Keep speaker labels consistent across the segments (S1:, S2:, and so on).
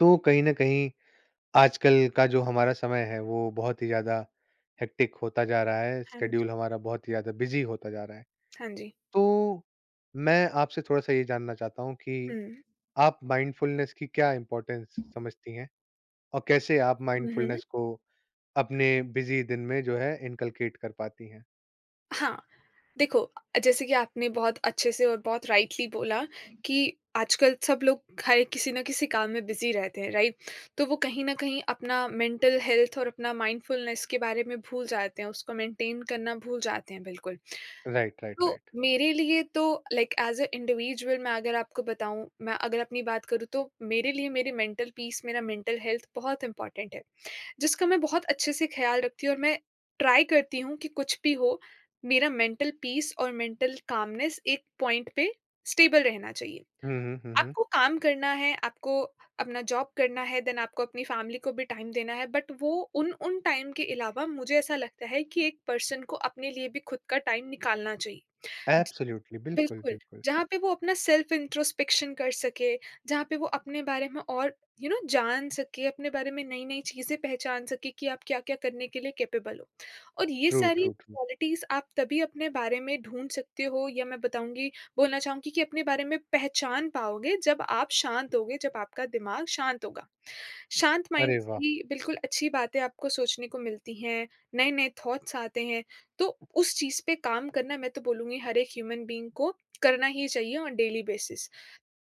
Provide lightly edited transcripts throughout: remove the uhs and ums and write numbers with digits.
S1: तो कहीं न कहीं आजकल का जो हमारा समय है वो बहुत ही ज़्यादा हेक्टिक होता जा रहा है,
S2: हाँ जी,
S1: स्केड्यूल हमारा बहुत ही ज़्यादा बिज़ी होता जा रहा है।
S2: हाँ जी।
S1: तो मैं आपसे थोड़ा-सा ये जानना चाहता हूँ कि
S2: हुँ,
S1: आप माइंडफुलनेस की क्या इम्पोर्टेंस समझती हैं? और कैसे आप
S2: हुँ, हुँ।
S1: माइंडफुलनेस को अपने बिज़ी दिन में जो है इनकलकेट कर पाती हैं?
S2: हाँ, देखो जैसे कि आपने बहुत अच्छे से और बहुत राइटली बोला कि आजकल सब लोग हर एक किसी न किसी काम में बिज़ी रहते हैं, राइट? तो वो कहीं न कहीं अपना मेंटल हेल्थ और अपना माइंडफुलनेस के बारे में भूल जाते हैं, उसको मेंटेन करना भूल जाते हैं बिल्कुल।
S1: राइट, राइट,
S2: तो
S1: राइट।
S2: मेरे लिए तो लाइक ऐज़ अ इंडिविजुअल मैं अगर आपको बताऊँ, मैं अगर अपनी बात करूँ तो मेरे लिए मेरी मेंटल पीस, मेरा मेंटल हेल्थ बहुत इम्पोर्टेंट है। जिसका मैं बहुत अच्छे से ख़्याल रखती हूँ और मैं ट्राई करती हूँ कि कुछ भी हो, मेरा मेंटल पीस और मेंटल कामनेस एक पॉइंट पे स्टेबल रहना चाहिए।
S1: हुँ, हुँ, हुँ, हुँ।
S2: आपको काम करना है, आपको अपना जॉब करना है, देन आपको अपनी फ़ैमिली को भी टाइम देना है, बट वो उन उन टाइम के अलावा मुझे ऐसा लगता है कि एक पर्सन को अपने लिए भी खुद का टाइम निकालना चाहिए।
S1: एब्सोल्यूटली, बिल्कुल,
S2: बिल्कुल,
S1: बिल्कुल।
S2: जहाँ पे वो अपना सेल्फ इंट्रोस्पेक्शन कर सके, जहाँ पे वो अपने बारे में और जान सके, अपने बारे में नई-नई चीज़ें पहचान सके कि आप क्या-क्या करने के लिए कैपेबल हो। और ये
S1: ट्रू,
S2: सारी
S1: ट्रू, ट्रू।
S2: क्वालिटीज़ आप तभी अपने बारे में ढूँढ सकते हो या मैं बताऊँगी बोलना चाहूँगी कि अपने बारे में पहचान पाओगे जब आप शांत होगे, जब आपका दिमाग शांत होगा। शांत माइंड
S1: अरे
S2: से
S1: वाह!
S2: ही बिल्कुल अच्छी बातें आपको सोचने को मिलती हैं, नए-नए थॉट्स आते हैं तो उस चीज़ पे काम करना मैं तो बोलूँगी हर एक ह्यूमन बीइंग को करना ही चाहिए ऑन डेली बेसिस।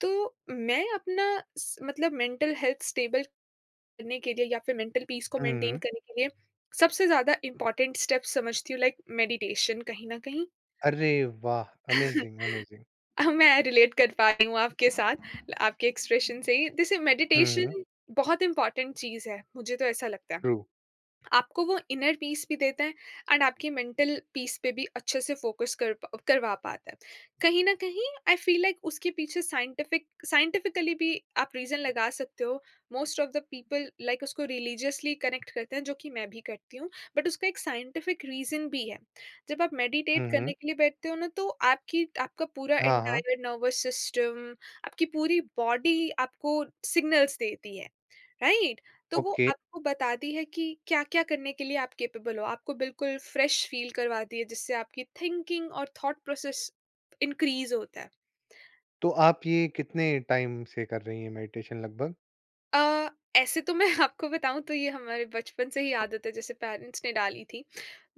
S2: तो मैं अपना स मतलब मेंटल हेल्थ स्टेबल करने के लिए या फिर मेंटल पीस को
S1: हुँ,
S2: मेंटेन
S1: हुँ।
S2: करने के लिए सबसे ज़्यादा इम्पोर्टेंट स्टेप समझती हूँ लाइक मेडिटेशन कहीं न कहीं।
S1: अरे वाह! Amazing, amazing.
S2: अब मैं रिलेट कर पा रही हूँ आपके साथ, आपके एक्सप्रेशन से ही। जैसे
S1: हुँ, हुँ।
S2: मेडिटेशन बहुत इम्पोर्टेंट चीज़ है, मुझे तो ऐसा लगता है।
S1: ट्रू।
S2: आपको वो इनर पीस भी देता है एंड आपकी मेंटल पीस पे भी अच्छे से फोकस करवा पाता है। कहीं ना कहीं आई फील लाइक उसके पीछे साइंटिफिकली भी आप रीज़न लगा सकते हो। Most of the people like उसको रिलीजियसली कनेक्ट करते हैं जो कि मैं भी करती हूँ, बट उसका एक साइंटिफिक रीज़न भी है। जब आप मेडिटेट
S1: हुँ, हुँ।
S2: करने के लिए बैठते हो ना तो आपकी आपका पूरा
S1: हाँ, हाँ,
S2: एंटायर नर्वस सिस्टम, आपकी पूरी बॉडी आपको सिग्नल्स देती है, राइट? तो वो
S1: ओके।
S2: आपको बताती है कि क्या-क्या करने के लिए आप कैपेबल हो। आपको बिल्कुल फ्रेश फ़ील करवाती है जिससे आपकी थिंकिंग और थॉट प्रोसेस इंक्रीज़ होता है।
S1: तो आप ये कितने टाइम से कर रही हैं मेडिटेशन लगभग?
S2: अ, ऐसे तो मैं आपको बताऊँ तो ये हमारे बचपन से ही आदत है जैसे पेरेंट्स ने डाली थी।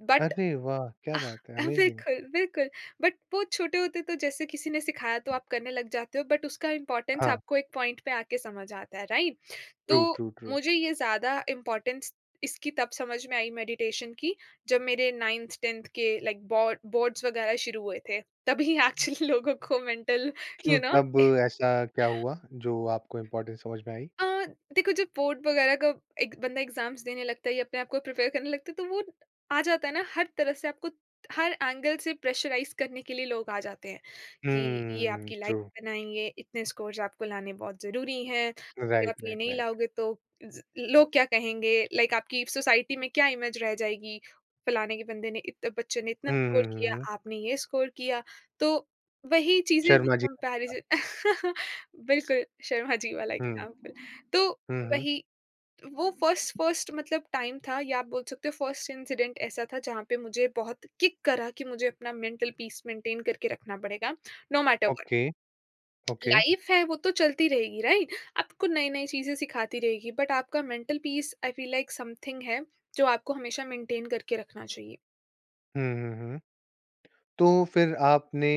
S2: बट
S1: अरे वाह! क्या बात है, अमेज़िंग।
S2: बिल्कुल, बिल्कुल। बट वो छोटे होते तो जैसे किसी ने सिखाया तो आप करने लग जाते हो बट उसका इम्पोर्टेंस
S1: हाँ,
S2: आपको एक पॉइंट पे आके समझ आता है, राइट?
S1: ट्रू,
S2: तो
S1: ट्रू, ट्रू।
S2: मुझे ये ज़्यादा इम्पोर्टेंस इसकी तब समझ में आई मेडिटेशन की, जब मेरे 9th 10th के लाइक बोर्ड्स वगैरह शुरू हुए थे। तभी एक्चुअली लोगों को मेंटल
S1: क्यों
S2: यू नो
S1: तब ऐसा क्या हुआ जो आपको इम्पोर्टेंस समझ में आई?
S2: अ, देखो जब बोर्ड वगैरह का एक बंदा एग्जाम्स देने लगता है या अपने आप को प्रिपेयर करने लगता है तो वो आ जाता है ना, हर तरह से आपको हर एंगल से प्रेशराइज करने के लिए लोग आ जाते हैं कि ये
S1: हुँ,
S2: आपकी लाइफ
S1: ट्रू।
S2: बनाएंगे, इतने स्कोर्स आपको लाने बहुत जरूरी हैं, अगर
S1: राइट,
S2: आप ये
S1: राइट,
S2: नहीं
S1: राइट।
S2: लाओगे तो ज- लोग क्या कहेंगे, लाइक आपकी सोसाइटी में क्या इमेज रह जाएगी, फलाने के बंदे ने इतने बच्चे ने इतना
S1: हुँ,
S2: स्कोर
S1: हुँ, हुँ,
S2: किया
S1: हुँ।
S2: आपने ये स्कोर किया। तो वही चीजें,
S1: शर्मा जी।
S2: कंपैरिजन। बिल्कुल शर्मा जी वाला
S1: हुँ,
S2: एग्जाम्पल। तो
S1: हुँ, हुँ।
S2: वही वो फर्स्ट फर्स्ट मतलब टाइम था या आप बोल सकते हो फर्स्ट इंसिडेंट ऐसा था जहाँ पे मुझे बहुत किक करा कि मुझे अपना मेंटल पीस मेंटेन करके रखना पड़ेगा no matter what.
S1: Okay, okay.
S2: Life है वो तो चलती रहेगी, राइट? आपको नई नई चीजें सिखाती रहेगी, बट आपका mental peace I feel like something है जो आपको हमेशा मेंटेन करके रखना चाहिए।
S1: हुँ, हुँ, हुँ। तो फिर आपने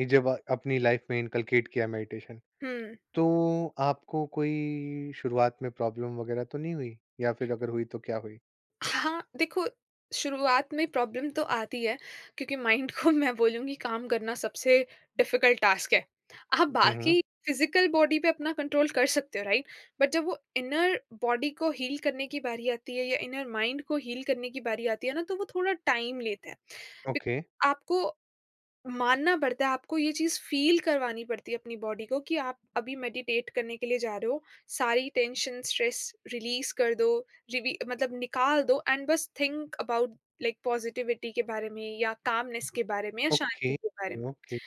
S1: ये जब अपनी लाइफ़ में इनकलकेट किया मेडिटेशन,
S2: हम्म।
S1: तो आपको कोई शुरुआत में प्रॉब्लम वगैरह तो नहीं हुई? या फिर अगर हुई तो क्या हुई?
S2: हाँ, देखो शुरुआत में प्रॉब्लम तो आती है, क्योंकि माइंड को मैं बोलूँगी काम करना सबसे डिफ़िकल्ट टास्क है। आप
S1: हुँ, हुँ।
S2: बाकी फ़िज़िकल बॉडी पे अपना कंट्रोल कर सकते हो, राइट? बट जब वो इनर बॉडी को हील करने की बारी आती है या इनर माइंड को हील करने की बारी आती है ना, तो वो थोड़ा टाइम लेता है। बि
S1: ओके,
S2: आपको मानना पड़ता है, आपको ये चीज़ फ़ील करवानी पड़ती है अपनी बॉडी को कि आप अभी मेडिटेट करने के लिए जा रहे हो। सारी टेंशन, स्ट्रेस रिलीज़ कर दो, रिवी मतलब निकाल दो एंड बस थिंक अबाउट लाइक पॉज़िटिविटी के बारे में या कामनेस के बारे में या
S1: ओके,
S2: शांति के बारे में।
S1: ओके,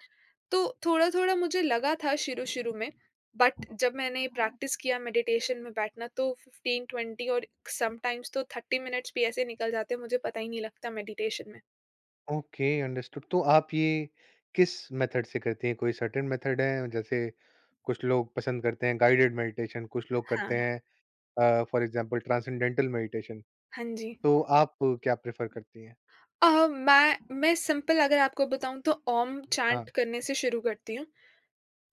S2: तो थोड़ा-थोड़ा मुझे लगा था शुरू-शुरू में, बट जब मैंने प्रैक्टिस किया मेडिटेशन में बैठना तो 15-20 और समटाइम्स तो 30 मिनट्स भी ऐसे निकल जाते हैं, मुझे पता ही नहीं लगता मेडिटेशन में।
S1: Okay, understood. तो आप ये किस मेथड से करती हैं? कोई सर्टेन मेथड है? जैसे कुछ लोग पसंद करते हैं गाइडेड मेडिटेशन, कुछ लोग
S2: हाँ,
S1: करते हैं फॉर एग्ज़ाम्पल ट्रांसेंडेंटल मेडिटेशन।
S2: हाँ जी।
S1: तो आप क्या प्रेफ़र करती हैं?
S2: मैं सिंपल अगर आपको बताऊँ तो ओम
S1: हाँ,
S2: चैंट करने से शुरू करती हूँ।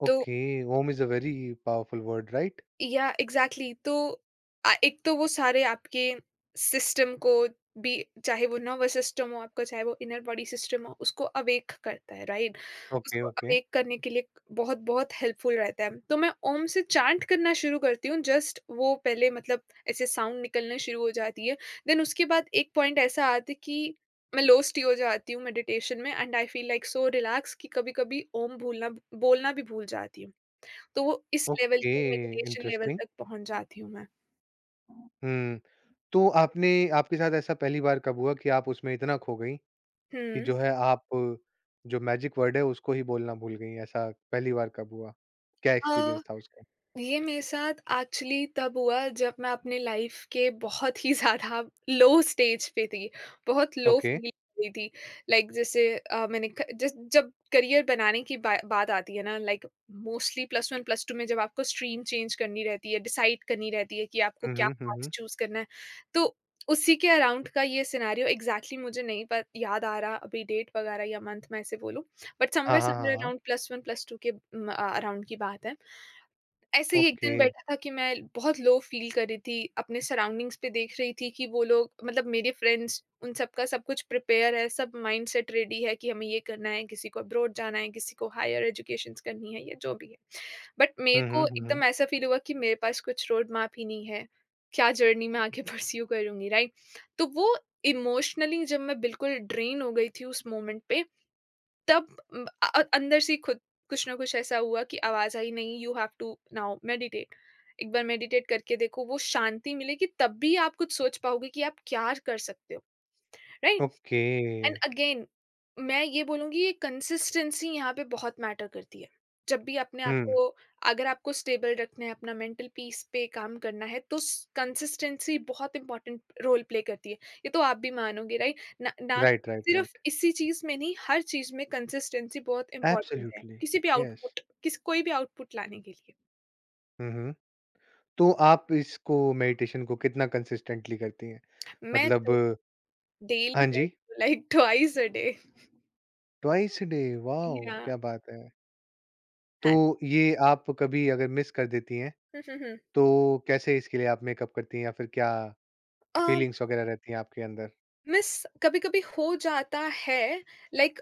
S2: तो
S1: okay, Om is a very powerful word right?
S2: Yeah exactly, तो एक तो वो सारे आपके सिस्टम को भी, चाहे वो नर्वस सिस्टम हो आपका, चाहे वो इनर बॉडी सिस्टम हो, उसको अवेक करता है, राइट?
S1: ओके,
S2: उसको
S1: ओके,
S2: अवेक करने के लिए बहुत-बहुत हेल्पफुल रहता है। तो मैं ओम से चैंट करना शुरू करती हूँ, जस्ट वो पहले मतलब ऐसे साउंड निकलना शुरू हो जाती है। देन उसके बाद एक पॉइंट ऐसा आता है कि मैं लॉस्ट ही हो जाती हूँ मेडिटेशन में, and I feel like so relax कि कभी-कभी ओम भूलना बोलना भी भूल जाती हूँ। तो इस लेवल
S1: ओके,
S2: के मेडिटेशन लेवल
S1: इंटरेस्टिंग।
S2: तक पहुँच जाती हूँ मैं।
S1: हुँ, तो आपने आपके साथ ऐसा पहली बार कब हुआ कि आप उसमें इतना खो गई कि
S2: हुँ।
S1: जो है आप जो मैजिक वर्ड है उसको ही बोलना भूल गई, ऐसा पहली बार कब हुआ? क्या
S2: अ,
S1: एक्सपीरियंस था उसका?
S2: ये मेरे साथ एक्चुअली तब हुआ जब मैं अपने लाइफ के बहुत ही ज़्यादा लो स्टेज पे थी। बहुत लो
S1: ओके।
S2: फ़ील कर रही थी। जैसे मैंने क जस जब करियर बनाने की बा बात आती है ना, लाइक मोस्टली प्लस 1 प्लस 2 में जब आपको स्ट्रीम चेंज करनी रहती है, डिसाइड करनी रहती है कि आपको
S1: हुँ,
S2: क्या
S1: हुँ, हुँ,
S2: पाथ
S1: हुँ।
S2: चूज़ करना है। तो उसी के अराउंड का ये सिनेरियो एग्ज़ैक्टली मुझे नहीं प याद आ रहा अभी, डेट वग़ैरह या मंथ मैं ऐसे बोलूँ। बट
S1: हाँ,
S2: समवेयर
S1: हाँ, हाँ,
S2: समवेयर
S1: हाँ।
S2: अराउंड प्लस 1 प्लस 2 के अराउंड की बात है। ऐसे ही एक
S1: ओके।
S2: दिन बैठा था कि मैं बहुत लो फ़ील कर रही थी, अपने सराउंडिंग्स पे देख रही थी कि वो लोग, मतलब मेरे फ्रेंड्स, उन सबका सब कुछ प्रिपेयर है, सब माइंडसेट रेडी है कि हमें ये करना है, किसी को अब्रॉड जाना है, किसी को हायर एजुकेशंस करनी है या जो भी है। बट मेरे
S1: हुँ, हुँ,
S2: को
S1: हुँ, हुँ।
S2: एकदम ऐसा फ़ील हुआ कि मेरे पास कुछ रोड मैप ही नहीं है, क्या जर्नी मैं आगे परस्यू करूँगी, राइट? तो वो इमोशनली जब मैं बिल्कुल ड्रेन हो गई थी उस मोमेंट पे, तब अंदर से ही खुद कुछ ना कुछ ऐसा हुआ कि आवाज़ आई नहीं, you have to now meditate. एक बार मेडिटेट करके देखो, वो शांति मिलेगी तब भी आप कुछ सोच पाओगे कि आप क्या कर सकते हो, राइट?
S1: ओके।
S2: एंड अगेन मैं ये बोलूँगी, ये कंसिस्टेंसी यहाँ पे बहुत मैटर करती है। जब भी अपने आप
S1: हुँ।
S2: को, अगर आपको स्टेबल रखना है, अपना मेंटल पीस पे काम करना है तो स कंसिस्टेंसी बहुत इम्पोर्टेंट रोल प्ले करती है। ये तो आप भी मानोगे, राइट? ना ना
S1: राइट, राइट,
S2: सिर्फ़
S1: राइट।
S2: इसी चीज़ में नहीं, हर चीज़ में कंसिस्टेंसी बहुत इम्पोर्टेंट है,
S1: एब्सोल्युटली,
S2: किसी भी
S1: यस।
S2: आउटपुट किस कोई भी आउटपुट लाने के लिए।
S1: हुँ, हुँ। तो आप इसको मेडिटेशन को कितना कंसिस्टेंटली करती हैं?
S2: मैं
S1: मतलब
S2: तो
S1: हाँ
S2: डेली
S1: जी,
S2: like twice a day.
S1: Twice a day, wow!
S2: Yeah
S1: क्या बात है। तो
S2: हाँ।
S1: ये आप कभी अगर मिस कर देती हैं,
S2: हुँ, हुँ, हुँ।
S1: तो कैसे इसके लिए आप मेकअप करती हैं या फिर क्या
S2: अ
S1: फीलिंग्स वगैरह रहती हैं आपके अंदर।
S2: मिस कभी-कभी हो जाता है, लाइक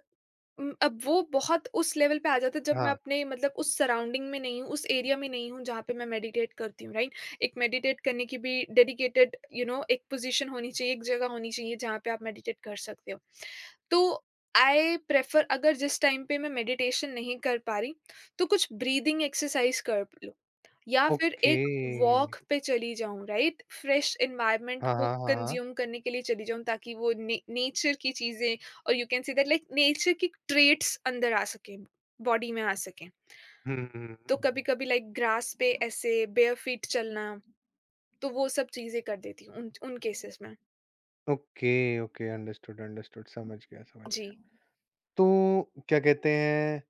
S2: अब वो बहुत उस लेवल पे आ जाता है जब मैं
S1: हाँ,
S2: अपने मतलब उस सराउंडिंग में नहीं हूँ, उस एरिया में नहीं हूँ जहाँ पे मैं मेडिटेट करती हूँ, राइट? एक मेडिटेट करने की भी डेडिकेटेड एक पोज़ीशन होनी चाहिए, एक जगह होनी चाहिए जहाँ पे आप मेडिटेट कर सकते हो। तो आई प्रेफ़र अगर जिस टाइम पे मैं मेडिटेशन नहीं कर पा रही, तो कुछ ब्रीदिंग एक्सरसाइज़ कर लूँ। या फिर
S1: ओके।
S2: एक वॉक पे चली जाऊँ, राइट? फ्रेश एनवायरनमेंट
S1: हाँ,
S2: को
S1: हाँ, हाँ, हाँ।
S2: कंज़्यूम करने के लिए चली जाऊँ ताकि वो ने नेचर की चीज़ें और you can say that like nature की ट्रेट्स अंदर आ सकें, बॉडी में आ सकें।
S1: हुँ, हुँ।
S2: तो कभी-कभी लाइक ग्रास पे ऐसे बेयर फीट चलना, तो वो सब चीज़ें कर देती हूँ उन उन केसेज़ में।
S1: ओके, ओके, अंडरस्टूड, अंडरस्टूड समझ गया, समझ
S2: जी।
S1: गया। तो क्या कहते हैं,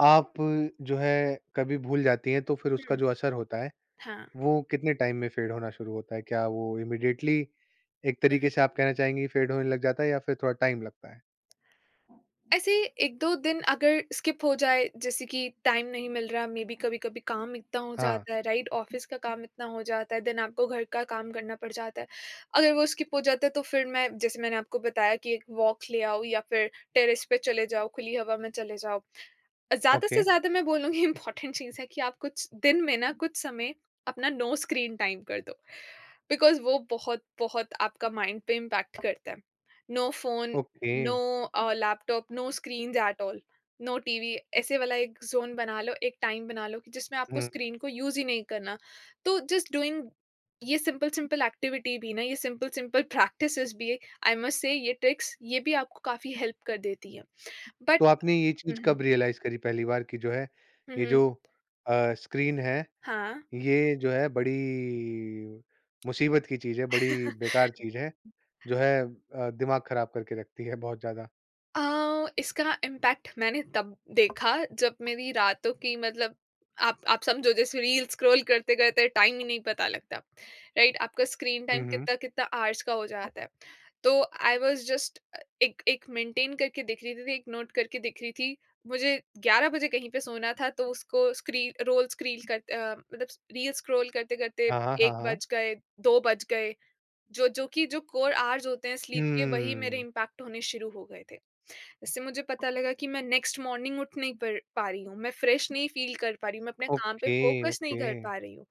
S1: आप जो है कभी भूल जाती हैं तो फिर उसका
S2: हुँ,
S1: जो असर होता है,
S2: हाँ।
S1: वो कितने टाइम में फेड होना शुरू होता है? क्या वो इमीडिएटली एक तरीके से आप कहना चाहेंगी फेड होने लग जाता है या फिर थोड़ा टाइम लगता है?
S2: ऐसे एक दो दिन अगर स्किप हो जाए, जैसे कि टाइम नहीं मिल रहा। मे बी कभी कभी काम इतना हो
S1: हाँ,
S2: जाता है, राइट? ऑफिस का काम इतना हो जाता है, देन आपको घर का काम करना पड़ जाता है। अगर वो स्किप हो जाता है, तो फिर मैं, जैसे मैंने आपको बताया, कि एक वॉक ले आओ या फिर टेरेस पे चले जाओ, खुली हवा में चले जाओ। ज़्यादा
S1: ओके,
S2: से ज़्यादा मैं बोलूँगी इंपॉर्टेंट चीज़ है कि आप कुछ दिन में ना कुछ समय अपना नो स्क्रीन टाइम कर दो, बिकॉज़ वो बहुत-बहुत आपका माइंड पे इम्पैक्ट करता है। No phone,
S1: okay.
S2: No laptop, no screens at all, no TV, ऐसे वाला एक ज़ोन बना लो, एक टाइम बना लो कि जिसमें आपको
S1: हुँ,
S2: स्क्रीन को यूज़ ही नहीं करना। तो जस्ट डूइंग ये सिंपल-सिंपल एक्टिविटी भी ना, ये सिंपल-सिंपल प्रैक्टिसेज़ भी, आई मस्ट से ये ट्रिक्स ये भी आपको काफ़ी हेल्प कर देती हैं। बट
S1: तो आपने ये
S2: हुँ,
S1: चीज़
S2: हुँ।
S1: कब रियलाइज़ करी पहली बार कि जो है,
S2: हुँ,
S1: ये
S2: हुँ।
S1: जो स्क्रीन है
S2: हाँ।
S1: ये जो है बड़ी मुसीबत की चीज़ है, बड़ी बेकार चीज़ है, जो है दिमाग ख़राब करके रखती है बहुत ज़्यादा।
S2: अ, इसका इम्पैक्ट मैंने तब देखा जब मेरी रातों की, मतलब, आप समझो जैसे रील स्क्रॉल करते करते टाइम ही नहीं पता लगता। राइट? आपका स्क्रीन
S1: हुँ,
S2: टाइम
S1: हुँ।
S2: कितना कितना आवर्स का हो जाता है। तो आई वॉज जस्ट एक एक मेंटेन करके दिख रही थी, एक नोट करके दिख रही थी। मुझे 11 बजे कहीं पे सोना था, तो उसको स्क्रीन रोल स्क्रीन करते अ, मतलब, रील स्क्रॉल करते करते
S1: हाँ, हाँ, हाँ,
S2: 1
S1: हाँ।
S2: बज गए, 2 बज गए। जो जो कि जो कोर आवर्स होते हैं स्लीप के, वही मेरे
S1: हम्म,
S2: इम्पैक्ट होने शुरू हो गए थे। इससे मुझे पता लगा कि मैं नेक्स्ट मॉर्निंग उठ नहीं पर पा रही हूँ, मैं फ्रेश नहीं फ़ील कर पा रही हूँ, मैं अपने काम पे
S1: ओके,
S2: फ़ोकस
S1: ओके।
S2: नहीं कर पा रही हूँ।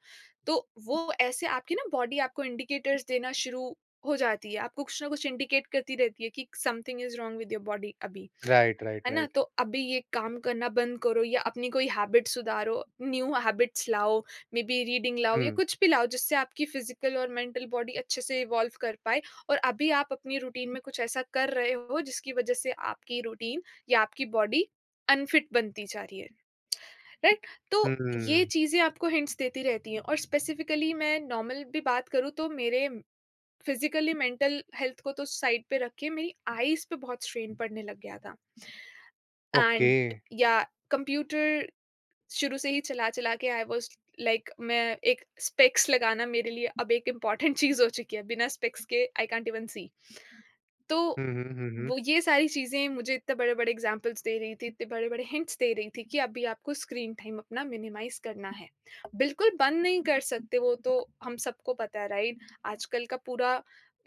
S2: तो वो ऐसे आपकी ना बॉडी आपको इंडिकेटर्स देना शुरू हो जाती है, आपको कुछ ना कुछ इंडिकेट करती रहती है कि something is wrong with your body अभी।
S1: राइट, राइट,
S2: है ना?
S1: राइट।
S2: तो अभी ये काम करना बंद करो या अपनी कोई हैबिट सुधारो, न्यू हैबिट्स लाओ, मे बी रीडिंग लाओ या
S1: हुँ,
S2: कुछ भी लाओ जिससे आपकी फिजिकल और मेंटल बॉडी अच्छे से इवॉल्व कर पाए। और अभी आप अपनी रूटीन में कुछ ऐसा कर रहे हो जिसकी वजह से आपकी रूटीन या आपकी बॉडी अनफिट बनती जा रही है, राइट? तो ये
S1: हुँ,
S2: चीज़ें आपको हिंट्स देती रहती हैं। और स्पेसिफिकली मैं नॉर्मल भी बात करूँ तो मेरे फिजिकली मेंटल हेल्थ को तो साइड पे रख के मेरी आईज़ पे बहुत स्ट्रेन पड़ने लग गया था।
S1: ओके।
S2: एंड या कंप्यूटर शुरू से ही चला चला के आई वाज लाइक मैं, एक स्पेक्स लगाना मेरे लिए अब एक इम्पॉर्टेंट चीज हो चुकी है। बिना स्पेक्स के आई कांट इवन सी। तो
S1: हुँ, हुँ, हुँ, हुँ।
S2: वो, ये सारी चीज़ें मुझे इतने बड़े-बड़े एग्ज़ाम्पल्स दे रही थी, इतने बड़े-बड़े हिंट्स दे रही थी कि अभी आपको स्क्रीन टाइम अपना मिनिमाइज़ करना है। बिल्कुल बंद नहीं कर सकते, वो तो हम सबको पता है, राइट? आजकल का पूरा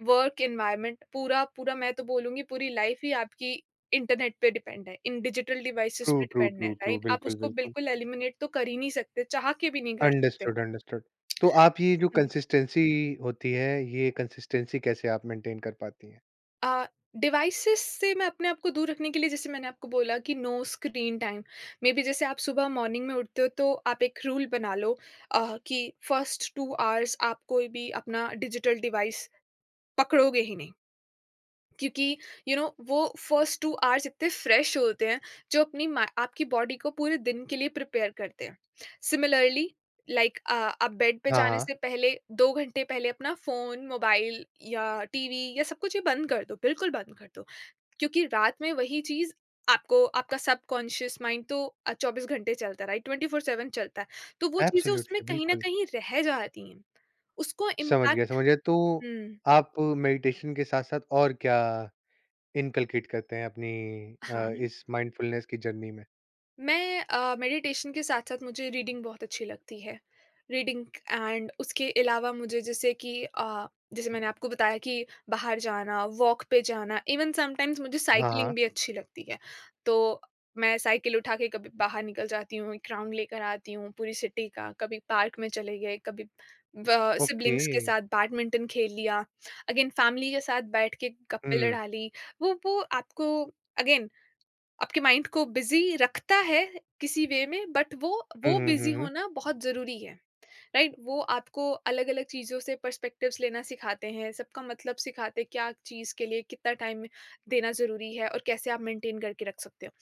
S2: वर्क एनवायरनमेंट, पूरा पूरा, मैं तो बोलूँगी पूरी लाइफ़ ही आपकी इंटरनेट पे डिपेंड है, इन डिजिटल
S1: ट्रू,
S2: डिवाइसेज़ पे
S1: ट्रू,
S2: डिपेंड है,
S1: ट्रू, ट्रू।
S2: राइट? आप
S1: बिल्कुल,
S2: उसको
S1: बिल्कुल।
S2: बिल्कुल एलिमिनेट तो कर ही नहीं सकते, चाह के भी नहीं कर सकते।
S1: Understood, understood. तो आप ये जो
S2: हुँ।
S1: कंसिस्टेंसी होती है, ये कंसिस्टेंसी कैसे आप मेंटेन कर पाती हैं?
S2: अ, डिवाइसेस से मैं अपने आप को दूर रखने के लिए, जैसे मैंने आपको बोला कि नो स्क्रीन टाइम। मेबी जैसे आप सुबह मॉर्निंग में उठते हो, तो आप एक रूल बना लो कि फर्स्ट 2 आवर्स आप कोई भी अपना डिजिटल डिवाइस पकड़ोगे ही नहीं। क्योंकि यू you नो know, वो फर्स्ट 2 आवर्स इतने फ्रेश होते हैं जो अपनी मा आपकी बॉडी को पूरे दिन के लिए प्रिपेयर करते हैं। सिमिलरली, लाइक आप बेड पे
S1: हाँ,
S2: जाने
S1: हाँ।
S2: से पहले 2 घंटे पहले अपना फ़ोन, मोबाइल या टीवी या सब कुछ ये बंद कर दो, बिल्कुल बंद कर दो। क्योंकि रात में वही चीज़, आपको आपका सबकॉन्शियस माइंड तो 24 घंटे चलता है, राइट? 24/7 चलता है। तो वो चीज़ें उसमें
S1: एब्सोल्युटली,
S2: कहीं न
S1: बिल्कुल।
S2: कहीं रह जाती हैं। उसको
S1: समझ गया,
S2: इम्पैक्ट
S1: समझ गया। तो
S2: हुँ,
S1: आप मेडिटेशन के साथ-साथ और क्या इनकलकेट करते हैं अपनी
S2: हाँ।
S1: इस माइंडफुलनेस की जर्नी में?
S2: मैं मेडिटेशन के साथ-साथ मुझे रीडिंग बहुत अच्छी लगती है। रीडिंग एंड उसके अलावा मुझे, जैसे कि जैसे मैंने आपको बताया कि बाहर जाना, वॉक पे जाना, इवन समटाइम्स मुझे
S1: हाँ, हाँ।
S2: साइक्लिंग भी अच्छी लगती है। तो मैं साइकिल उठा के कभी बाहर निकल जाती हूँ, एक राउंड लेकर आती हूँ पूरी सिटी का, कभी पार्क में चले गए, कभी ब
S1: ओके।
S2: सिबलिंग्स के साथ बैडमिंटन खेल लिया, अगेन फैमिली के साथ बैठ के गप्पे
S1: हुँ।
S2: लड़ा ली। वो आपको, अगेन, आपके माइंड को बिज़ी रखता है किसी वे में, बट वो
S1: हुँ,
S2: वो
S1: हुँ, हुँ,
S2: बिज़ी
S1: हुँ।
S2: होना बहुत ज़रूरी है, राइट? वो आपको अलग-अलग चीज़ों से पर्सपेक्टिव्स लेना सिखाते हैं, सबका मतलब सिखाते हैं, क्या चीज़ के लिए कितना टाइम देना ज़रूरी है और कैसे आप मेंटेन करके रख सकते हो।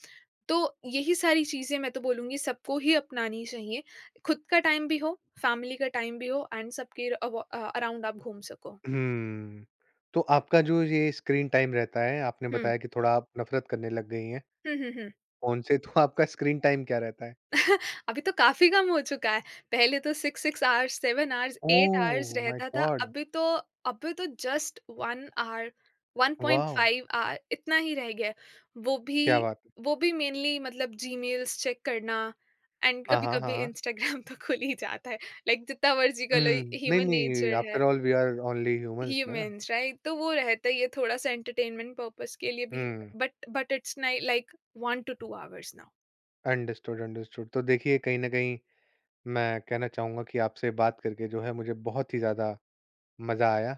S2: तो यही सारी चीज़ें मैं तो बोलूँगी सबको ही अपनानी चाहिए, खुद का टाइम भी हो, फैमिली का टाइम भी हो एंड सबके अराउंड आप घूम सको।
S1: हुँ। तो आपका जो ये स्क्रीन टाइम रहता है, आपने
S2: हुँ।
S1: बताया कि थोड़ा आप नफ़रत करने लग गई हैं
S2: हुँ, हुँ, हुँ।
S1: फ़ोन से, तो आपका स्क्रीन टाइम क्या रहता है?
S2: अभी तो काफ़ी कम हो चुका है। पहले तो 6-6 hours, 7 hours, 8 hours
S1: oh my
S2: रहता था।
S1: गॉड!
S2: अभी तो जस्ट 1 आवर,
S1: वॉव!
S2: 1.5 आवर इतना ही रह गया है। वो भी
S1: क्या बात है।
S2: वो भी मेनली, मतलब, जीमेल्स चेक करना एंड
S1: हाँ, हाँ, हाँ,
S2: कभी-कभी
S1: हाँ।
S2: इंस्टाग्राम तो खुल ही जाता है। लाइक जितना मर्ज़ी कर लो,
S1: हुँ। नहीं,
S2: ह्यूमन
S1: नहीं
S2: नेचर है।
S1: After all we are only humans ना।
S2: Humans, right? तो वो रहता ही है थोड़ा-सा एंटरटेनमेंट पर्पज़ के लिए भी।
S1: हुँ।
S2: But but it's nigh like 1 to 2 hours now.
S1: Understood, understood. तो देखिए कहीं न कहीं मैं कहना चाहूँगा कि आपसे बात करके जो है मुझे बहुत ही ज़्यादा मज़ा आया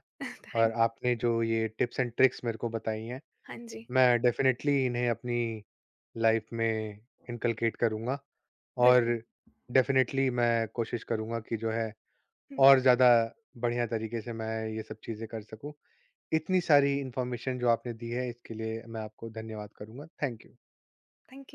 S1: और
S2: थैंक यू।
S1: आपने जो ये टिप्स एंड ट्रिक्स मेरे को बताई हैं,
S2: हाँ जी,
S1: मैं डेफ़िनेटली इन्हें अपनी लाइफ़ में इनकलकेट करूँगा और
S2: बिल्कुल।
S1: डेफ़िनेटली मैं कोशिश करूँगा कि जो है
S2: हुँ।
S1: और ज़्यादा बढ़िया तरीके से मैं ये सब चीज़ें कर सकूँ। इतनी सारी इन्फॉर्मेशन जो आपने दी है इसके लिए मैं आपको धन्यवाद करूँगा। Thank you.
S2: Thank you।